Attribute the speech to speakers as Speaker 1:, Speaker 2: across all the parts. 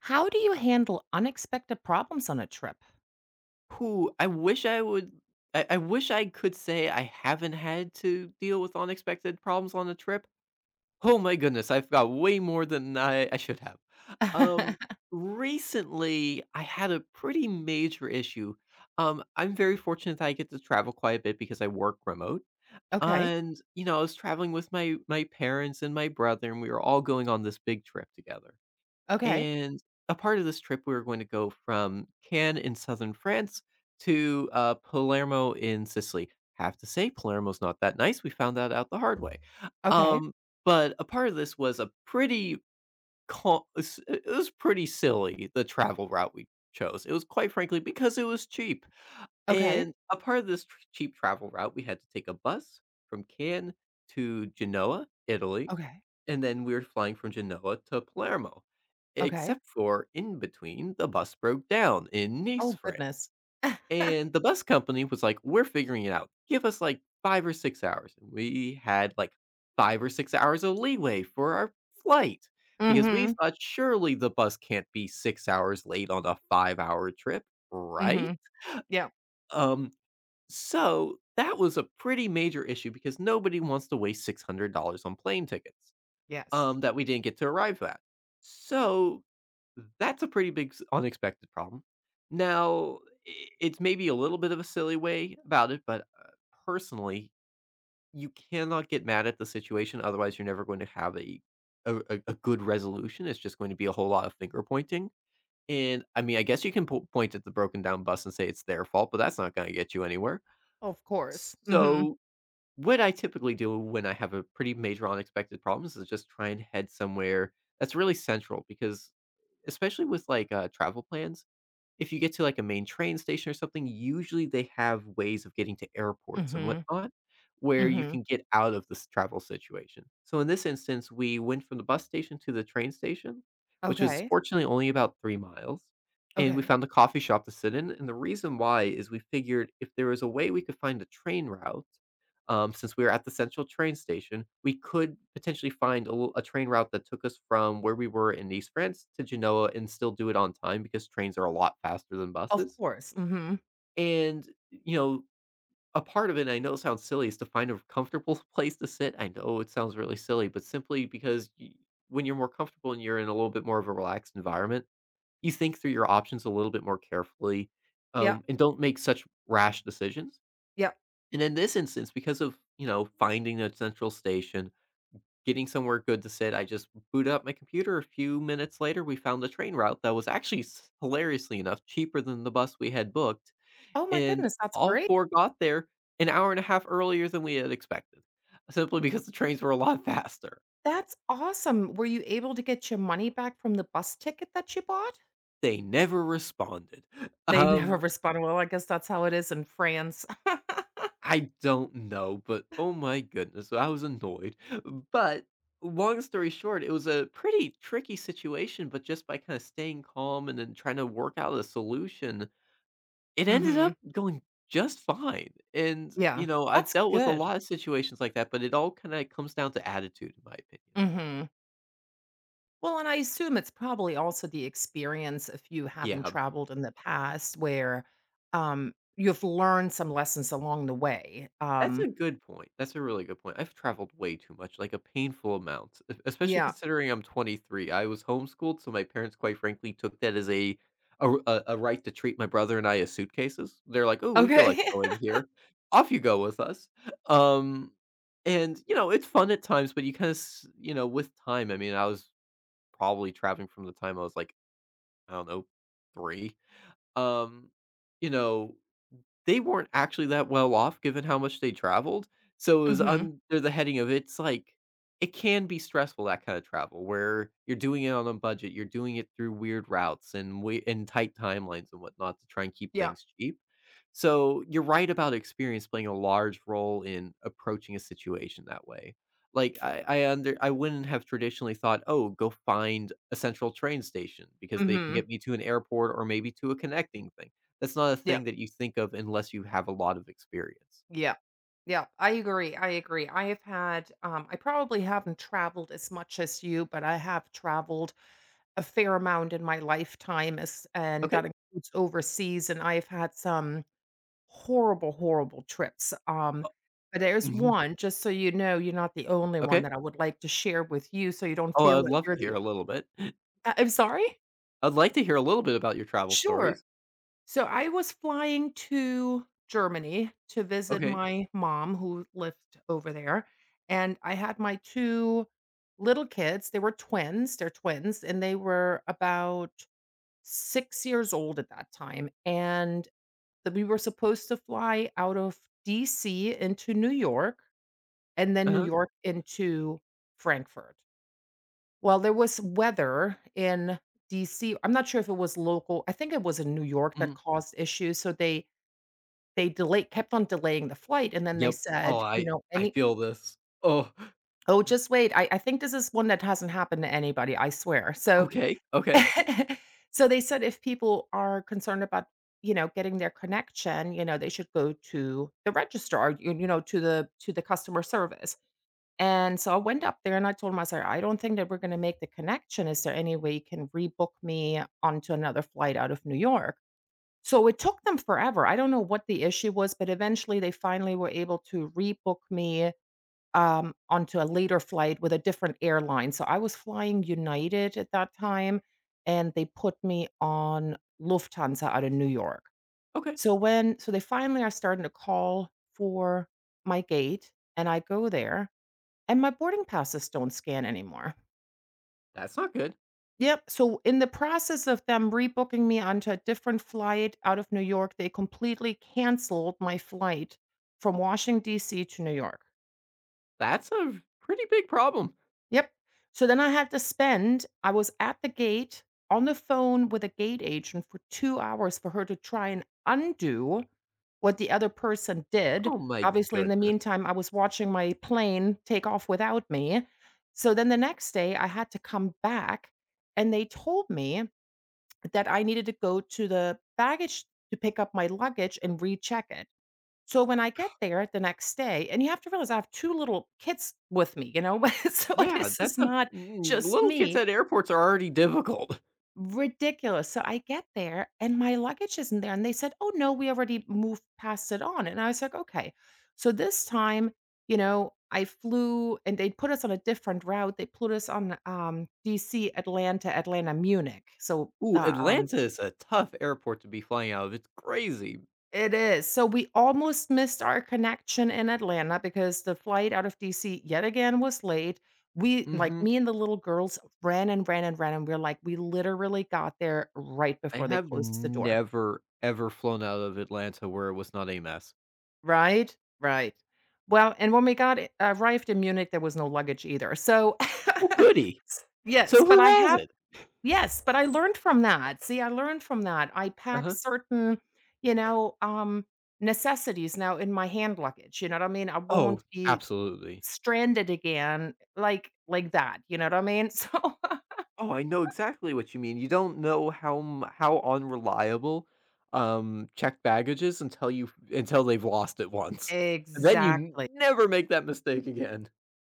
Speaker 1: How do you handle unexpected problems on a trip?
Speaker 2: Who I wish I would I wish I could say I haven't had to deal with unexpected problems on a trip. Oh my goodness, I've got way more than I should have. Um, Recently, I had a pretty major issue. I'm very fortunate that I get to travel quite a bit because I work remote.
Speaker 1: Okay.
Speaker 2: And, you know, I was traveling with my parents and my brother, and we were all going on this big trip together.
Speaker 1: Okay.
Speaker 2: And a part of this trip, we were going to go from Cannes in southern France to Palermo in Sicily. Have to say, Palermo's not that nice. We found that out the hard way.
Speaker 1: Okay.
Speaker 2: Um, but a part of this was a pretty, it was pretty silly the travel route we chose. It was quite frankly because it was cheap.
Speaker 1: Okay.
Speaker 2: And a part of this tr cheap travel route, we had to take a bus from Cannes to Genoa, Italy,
Speaker 1: Okay.
Speaker 2: and then we were flying from Genoa to Palermo,
Speaker 1: Okay.
Speaker 2: except for in between, the bus broke down in Nice,
Speaker 1: Oh,
Speaker 2: France.
Speaker 1: goodness.
Speaker 2: And the bus company was like, "We're figuring it out. Give us, like, 5 or 6 hours." And we had, like, 5 or 6 hours of leeway for our flight because we
Speaker 1: Mhm.
Speaker 2: thought, "Surely the bus can't be 6 hours late on a 5-hour trip, right?"
Speaker 1: Mhm. Yeah.
Speaker 2: Um, so that was a pretty major issue because nobody wants to waste $600 on plane tickets
Speaker 1: Yes.
Speaker 2: that we didn't get to arrive at. So that's a pretty big unexpected problem. Now, it's maybe a little bit of a silly way about it, but personally, you cannot get mad at the situation. Otherwise, you're never going to have a good resolution. It's just going to be a whole lot of finger pointing. And I mean, I guess you can point at the broken down bus and say it's their fault, but that's not going to get you anywhere.
Speaker 1: Of course. Mhm.
Speaker 2: So, what I typically do when I have a pretty major unexpected problems is just try and head somewhere that's really central because especially with like travel plans, if you get to, like, a main train station or something, usually they have ways of getting to airports and
Speaker 1: Mhm.
Speaker 2: whatnot, where you
Speaker 1: Mhm.
Speaker 2: can get out of this travel situation. So in this instance, we went from the bus station to the train station, which was
Speaker 1: Okay.
Speaker 2: fortunately only about 3 miles, and we
Speaker 1: Okay.
Speaker 2: found a coffee shop to sit in, and the reason why is we figured if there was a way we could find a train route. Since we were at the central train station, we could potentially find a train route that took us from where we were in East France to Genoa and still do it on time because trains are a lot faster than
Speaker 1: Of
Speaker 2: buses.
Speaker 1: course. Mhm.
Speaker 2: And, you know, a part of it, I know it sounds silly, is to find a comfortable place to sit. I know it sounds really silly, but simply because y when you're more comfortable and you're in a little bit more of a relaxed environment, you think through your options a little bit more carefully
Speaker 1: Yep.
Speaker 2: and don't make such rash decisions.
Speaker 1: Yep.
Speaker 2: And in this instance, because of, you know, finding a central station, getting somewhere good to sit, I just boot up my computer. A few minutes later, we found a train route that was actually hilariously enough cheaper than the bus we had booked.
Speaker 1: Oh my
Speaker 2: And
Speaker 1: goodness, that's
Speaker 2: all
Speaker 1: great.
Speaker 2: four got there an hour and a half earlier than we had expected, simply because the trains were a lot faster.
Speaker 1: That's awesome. Were you able to get your money back from the bus ticket that you bought?
Speaker 2: They never responded.
Speaker 1: They never
Speaker 2: Um,
Speaker 1: responded. Well, I guess that's how it is in France.
Speaker 2: I don't know, but oh my goodness, so I was annoyed. But long story short, it was a pretty tricky situation, but just by kind of staying calm and then trying to work out a solution, it ended up
Speaker 1: Mhm.
Speaker 2: going just fine. And, you
Speaker 1: Yeah.
Speaker 2: know, I've
Speaker 1: That's
Speaker 2: dealt with a
Speaker 1: good.
Speaker 2: lot of situations like that, but it all kind of comes down to attitude, in my opinion.
Speaker 1: Mhm. Well, and I assume it's probably also the experience of you having
Speaker 2: Yeah.
Speaker 1: traveled in the past where, you've learned some lessons along the way,
Speaker 2: That's a good point. That's a really good point. I've traveled way too much, like a painful amount, e especially
Speaker 1: Yeah.
Speaker 2: considering I'm 23. I was homeschooled, so my parents, quite frankly, took that as a right to treat my brother and I as suitcases. They're like, "Oh, we feel like
Speaker 1: Okay.
Speaker 2: going here. Off you go with us." Um, and, you know, it's fun at times, but you kinda you know, with time, I mean, I was probably traveling from the time I was like, I don't know, 3. Um, you know they weren't actually that well off given how much they traveled, so it was
Speaker 1: Mhm.
Speaker 2: under the heading of it's like it can be stressful, that kinda travel, where you're doing it on a budget, you're doing it through weird routes and we and tight timelines and whatnot to try and keep
Speaker 1: Yeah.
Speaker 2: things cheap. So, you're right about experience playing a large role in approaching a situation that way. Like, I wouldn't have traditionally thought, "Oh, go find a central train station because they can
Speaker 1: Mhm.
Speaker 2: get me to an airport or maybe to a connecting thing." That's not a
Speaker 1: Yeah.
Speaker 2: thing that you think of unless you have a lot of experience.
Speaker 1: Yeah. Yeah. I agree, I agree. I have had, I probably haven't traveled as much as you, but I have traveled a fair amount in my lifetime as and
Speaker 2: Okay.
Speaker 1: that includes overseas, and I've had some horrible, horrible trips,
Speaker 2: Oh,
Speaker 1: but there's
Speaker 2: mhm,
Speaker 1: one, just so you know, you're not the only one
Speaker 2: okay.
Speaker 1: that I would like to share with you so you don't
Speaker 2: Oh,
Speaker 1: feel
Speaker 2: I'd
Speaker 1: like
Speaker 2: love
Speaker 1: you're
Speaker 2: to hear
Speaker 1: the
Speaker 2: a
Speaker 1: o
Speaker 2: little bit.
Speaker 1: I'm sorry?
Speaker 2: I'd like to hear a little bit about your travel
Speaker 1: Sure.
Speaker 2: stories.
Speaker 1: So, I was flying to Germany to visit
Speaker 2: Okay.
Speaker 1: my mom who lived over there, and I had my 2 little kids, they were twins, they're twins, and they were about 6 years old at that time, and that we were supposed to fly out of DC into New York and then New
Speaker 2: Uh-huh.
Speaker 1: York into Frankfurt. Well, there was weather in DC. I'm not sure if it was local. I think it was in New York that
Speaker 2: Mhm.
Speaker 1: caused issues, so they delayed kept on delaying the flight, and then they
Speaker 2: Yep. Oh,
Speaker 1: said, you
Speaker 2: I
Speaker 1: know,
Speaker 2: I
Speaker 1: any
Speaker 2: feel this. Oh,
Speaker 1: "Oh, just wait, I think this is one that hasn't happened to anybody, I swear." So
Speaker 2: okay, okay,
Speaker 1: so they said if people are concerned about, you know, getting their connection, you know, they should go to the registrar, you know, to the customer service. And so I went up there and I told him, I said, I don't think that we're going to make the connection. Is there any way you can rebook me onto another flight out of New York? So it took them forever. I don't know what the issue was, but eventually they finally were able to rebook me onto a later flight with a different airline. So I was flying United at that time and they put me on Lufthansa out of New York.
Speaker 2: okay.
Speaker 1: So when, so they finally are starting to call for my gate and I go there and my boarding passes don't scan anymore.
Speaker 2: That's not good.
Speaker 1: Yep, so in the process of them rebooking me onto a different flight out of New York, they completely canceled my flight from Washington, D.C. to New York.
Speaker 2: That's a pretty big problem.
Speaker 1: Yep. So then I had to spend I was at the gate on the phone with a gate agent for 2 hours for her to try and undo what the other person did.
Speaker 2: Oh my
Speaker 1: Obviously, in the
Speaker 2: goodness.
Speaker 1: meantime, I was watching my plane take off without me. So then the next day, I had to come back, and they told me that I needed to go to the baggage to pick up my luggage and recheck it. So when I get there the next day, and you have to realize I have 2 little kids with me, you know? So
Speaker 2: Yeah,
Speaker 1: this is not just
Speaker 2: little kids
Speaker 1: me.
Speaker 2: at airports are already difficult.
Speaker 1: Ridiculous. So I get there and my luggage isn't there, and they said, "Oh, no, we already moved past it on." And I was like, "Okay." So this time, you know, I flew and they put us on a different route. They put us on, DC, Atlanta, Atlanta, Munich. So,
Speaker 2: Ooh, Atlanta is a tough airport to be flying out of. It's crazy.
Speaker 1: It is. So we almost missed our connection in Atlanta because the flight out of DC yet again was late. We like,
Speaker 2: Mhm.
Speaker 1: me and the little girls ran and ran and ran, and we're like, we literally got there right
Speaker 2: I
Speaker 1: before they
Speaker 2: have
Speaker 1: closed the door.
Speaker 2: never, ever flown out of Atlanta where it was not a mess.
Speaker 1: Right? Right. Well, and when we got I arrived in Munich, there was no luggage either. So,
Speaker 2: Oh, goody.
Speaker 1: yes,
Speaker 2: So
Speaker 1: but
Speaker 2: who
Speaker 1: I
Speaker 2: has
Speaker 1: have
Speaker 2: it?
Speaker 1: yes, but I learned from that. See, I learned from that. I pack
Speaker 2: Uh-huh.
Speaker 1: certain, you know, necessities now in my hand luggage, you know what I mean? I
Speaker 2: Oh.
Speaker 1: won't be
Speaker 2: Absolutely.
Speaker 1: stranded again like that, you know what I mean? So
Speaker 2: Oh, I know exactly what you mean. You don't know how unreliable, checked baggage is until they've lost it once. And then you
Speaker 1: Exactly.
Speaker 2: never make that mistake again.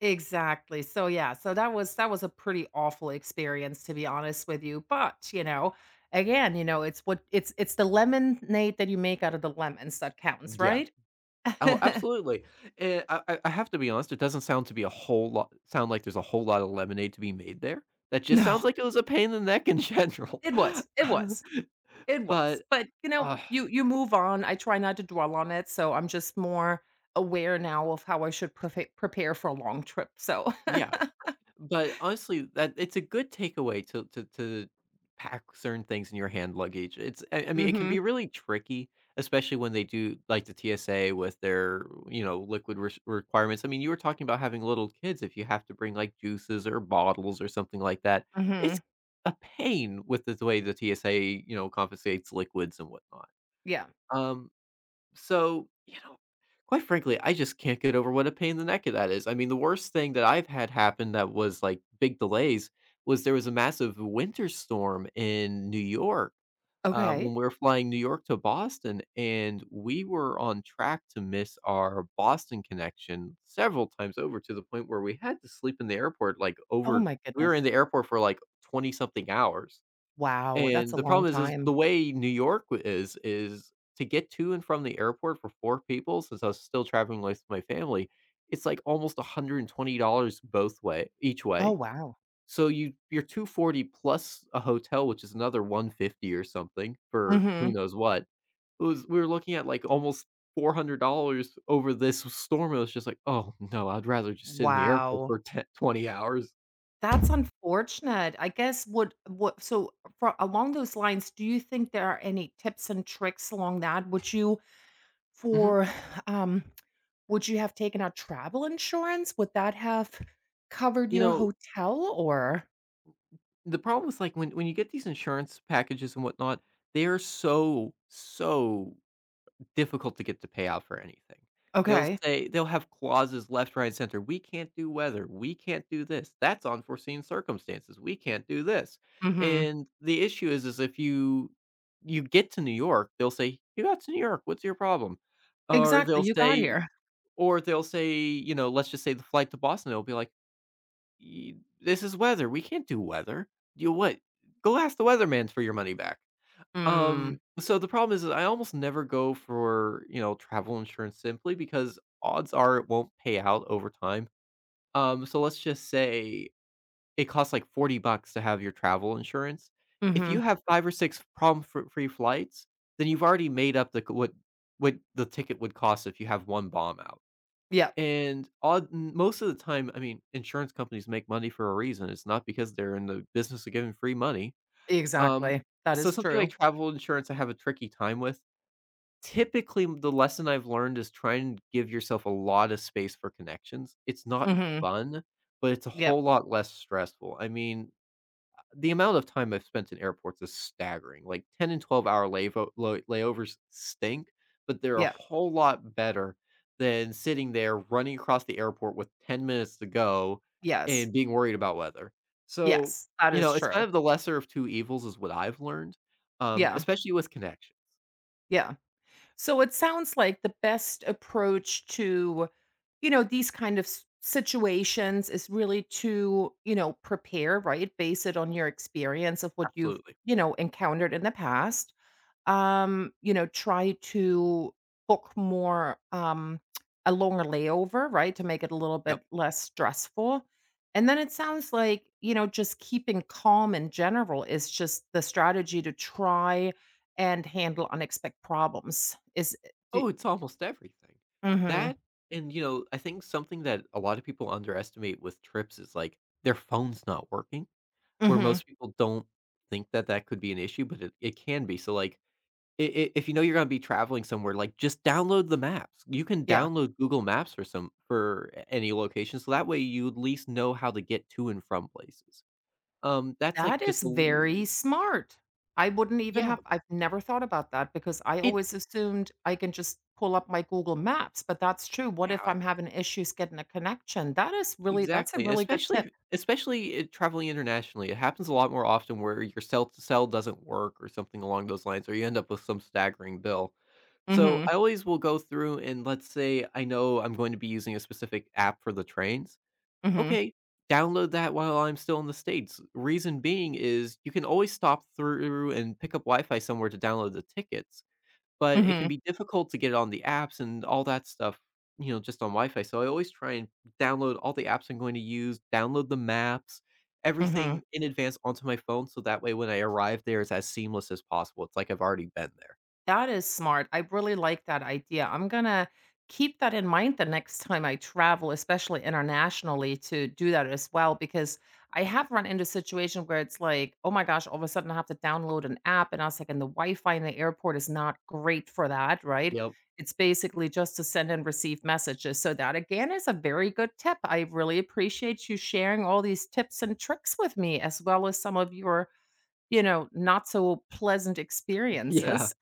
Speaker 1: Exactly. So yeah, so that was a pretty awful experience to be honest with you, but, you know, again, you know, it's what it's the lemonade that you make out of the lemons that counts,
Speaker 2: Yeah.
Speaker 1: right?
Speaker 2: Oh, absolutely, and I have to be honest, it doesn't sound like there's a whole lot of lemonade to be made there. That just sounds
Speaker 1: No,
Speaker 2: like it was a pain in the neck in general.
Speaker 1: it was. It was. It was.
Speaker 2: But,
Speaker 1: But, you know,
Speaker 2: uh,
Speaker 1: you move on. I try not to dwell on it, so I'm just more aware now of how I should prefa prepare for a long trip, so
Speaker 2: yeah. But honestly, that it's a good takeaway to pack certain things in your hand luggage. It's I mean, it can be
Speaker 1: Mhm.
Speaker 2: really tricky, especially when they do like the TSA with their, you know, liquid requirements. I mean, you were talking about having little kids if you have to bring like juices or bottles or something like that. It's
Speaker 1: Mhm.
Speaker 2: a pain with the way the TSA, you know, confiscates liquids and whatnot.
Speaker 1: Yeah.
Speaker 2: Um, so, you know, quite frankly, I just can't get over what a pain in the neck that is. I mean, the worst thing that I've had happen that was like big delays was there was a massive winter storm in New York when
Speaker 1: Okay.
Speaker 2: we were flying New York to Boston, and we were on track to miss our Boston connection several times over to the point where we had to sleep in the airport like
Speaker 1: Oh
Speaker 2: over.
Speaker 1: my
Speaker 2: We were in
Speaker 1: goodness.
Speaker 2: the airport for like 20 something hours.
Speaker 1: Wow, that's
Speaker 2: And
Speaker 1: a
Speaker 2: the
Speaker 1: long
Speaker 2: problem is the
Speaker 1: time.
Speaker 2: way New York w is to get to and from the airport for 4 people, since I was still traveling with my family, it's, like, almost $120 both way each
Speaker 1: Oh,
Speaker 2: way.
Speaker 1: wow.
Speaker 2: So you're 240 plus a hotel, which is another 150 or something for who
Speaker 1: Mhm.
Speaker 2: knows what. It was We were looking at, like, almost $400 over this storm. It was just like, "Oh, no, I'd rather just sit in the airport
Speaker 1: Wow.
Speaker 2: for 10, 20 hours."
Speaker 1: That's unfortunate. I guess what so fro along those lines, do you think there are any tips and tricks along that? Would you
Speaker 2: Mhm.
Speaker 1: for, um, would you have taken out travel insurance? Would that have covered
Speaker 2: You
Speaker 1: your
Speaker 2: know,
Speaker 1: hotel or
Speaker 2: The problem is, like, when you get these insurance packages and whatnot, they are so, so difficult to get to pay out for anything. They'll
Speaker 1: Okay.
Speaker 2: say they'll have clauses left, right, and center. "We can't do weather. We can't do this. That's unforeseen circumstances. We can't do this."
Speaker 1: Mhm.
Speaker 2: And the issue is if you get to New York, they'll say, "You got to New York. What's your problem?" Or
Speaker 1: Exactly,
Speaker 2: they'll
Speaker 1: you got
Speaker 2: say
Speaker 1: here.
Speaker 2: or they'll say, you know, let's just say the flight to Boston, they will be like, "Y This is weather, we can't do weather. You what? Go ask the weatherman for your money back."
Speaker 1: Mm,
Speaker 2: So the problem is that I almost never go for, you know, travel insurance simply because odds are it won't pay out over time. So let's just say it costs like 40 bucks to have your travel insurance. If you
Speaker 1: mhm.
Speaker 2: have 5 or 6 problem free flights, then you've already made up the c what the ticket would cost if you have 1 bomb out.
Speaker 1: Yep,
Speaker 2: And odd most of the time, I mean, insurance companies make money for a reason, it's not because they're in the business of giving free money. Um,
Speaker 1: exactly. That
Speaker 2: so
Speaker 1: is
Speaker 2: something like
Speaker 1: true.
Speaker 2: travel insurance, I have a tricky time with. Typically, the lesson I've learned is try and give yourself a lot of space for connections. It's not
Speaker 1: Mhm.
Speaker 2: fun, but it's a
Speaker 1: Yep,
Speaker 2: whole lot less stressful. I mean, the amount of time I've spent in airports is staggering. Like 10 and 12 hour layovers stink, but they're a
Speaker 1: yep,
Speaker 2: whole lot better than sitting there running across the airport with 10 minutes to go
Speaker 1: yes.
Speaker 2: and being worried about weather. So,
Speaker 1: Yes, that
Speaker 2: you know,
Speaker 1: is
Speaker 2: it's kind
Speaker 1: true.
Speaker 2: of the lesser of two evils, is what I've learned,
Speaker 1: Yeah,
Speaker 2: especially with connections.
Speaker 1: yeah. So it sounds like the best approach to, you know, these kind of s- situations is really to, you know, prepare, right? Base it on your experience of what you've,
Speaker 2: Absolutely.
Speaker 1: you know, encountered in the past you know, try to book more, a longer layover, right, to make it a little
Speaker 2: Yep.
Speaker 1: bit less stressful. And then it sounds like, you know, just keeping calm in general is just the strategy to try and handle unexpected problems. Is eh, do,
Speaker 2: Oh, it's almost everything.
Speaker 1: mhm.
Speaker 2: That, and, you know, I think something that a lot of people underestimate with trips is like their phone's not working.
Speaker 1: mm
Speaker 2: Where
Speaker 1: Mhm.
Speaker 2: most people don't think that that could be an issue, but it can be, so, like, I if you know you're gonna be traveling somewhere, like, just download the maps. You can
Speaker 1: Yeah.
Speaker 2: download Google Maps for some for a any location, so that way you at least know how to get to and from places. That's, like,
Speaker 1: That
Speaker 2: just
Speaker 1: is
Speaker 2: a
Speaker 1: very
Speaker 2: l
Speaker 1: smart. I wouldn't even
Speaker 2: yeah.
Speaker 1: have I've never thought about that because I
Speaker 2: It
Speaker 1: always assumed I can just pull up my Google Maps, but that's true. What if
Speaker 2: Yeah.
Speaker 1: I'm having issues getting a connection? That is really that's a
Speaker 2: Exactly,
Speaker 1: really good tip.
Speaker 2: especially, traveling internationally, it happens a lot more often where your cell to cell doesn't work or something along those lines, or you end up with some staggering bill. So, I
Speaker 1: Mhm.
Speaker 2: always will go through and let's say I know I'm going to be using a specific app for the trains.
Speaker 1: Mhm.
Speaker 2: Okay, download that while I'm still in the States. Reason being is you can always stop through and pick up Wi-Fi somewhere to download the tickets. But it can
Speaker 1: Mhm.
Speaker 2: be difficult to get on the apps and all that stuff, you know, just on Wi-Fi, so I always try and download all the apps I'm going to use, download the maps,
Speaker 1: Mhm.
Speaker 2: everything in advance onto my phone, so that way when I arrive there, it's as seamless as possible, it's like I've already been there.
Speaker 1: That is smart. I really like that idea. I'm gonna keep that in mind the next time I travel, especially internationally, to do that as well, because I have run into a situation where it's like, oh my gosh, all of a sudden I have to download an app, and I was like, and the Wi-Fi in the airport is not great for that, right?
Speaker 2: Yep.
Speaker 1: It's basically just to send and receive messages. So that again is a very good tip. I really appreciate you sharing all these tips and tricks with me, as well as some of your, you know, not so pleasant
Speaker 2: Yeah.
Speaker 1: experiences.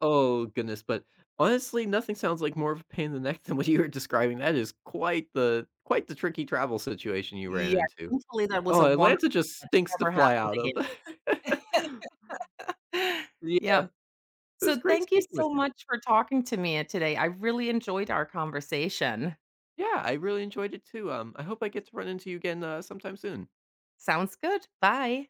Speaker 2: Oh, goodness, but honestly, nothing sounds like more of a pain in the neck than what you were describing, that is quite the tricky travel situation you ran
Speaker 1: Yeah,
Speaker 2: into.
Speaker 1: thankfully, that was
Speaker 2: Oh,
Speaker 1: a one
Speaker 2: Atlanta just
Speaker 1: that
Speaker 2: stinks to
Speaker 1: never
Speaker 2: fly
Speaker 1: happened
Speaker 2: out of.
Speaker 1: again.
Speaker 2: Yeah,
Speaker 1: Yeah,
Speaker 2: it was
Speaker 1: so
Speaker 2: great
Speaker 1: thank you
Speaker 2: speaking with
Speaker 1: so
Speaker 2: you.
Speaker 1: much for talking to me, today. I really enjoyed our conversation.
Speaker 2: Yeah, I really enjoyed it too. I hope I get to run into you again sometime soon.
Speaker 1: Sounds good. Bye.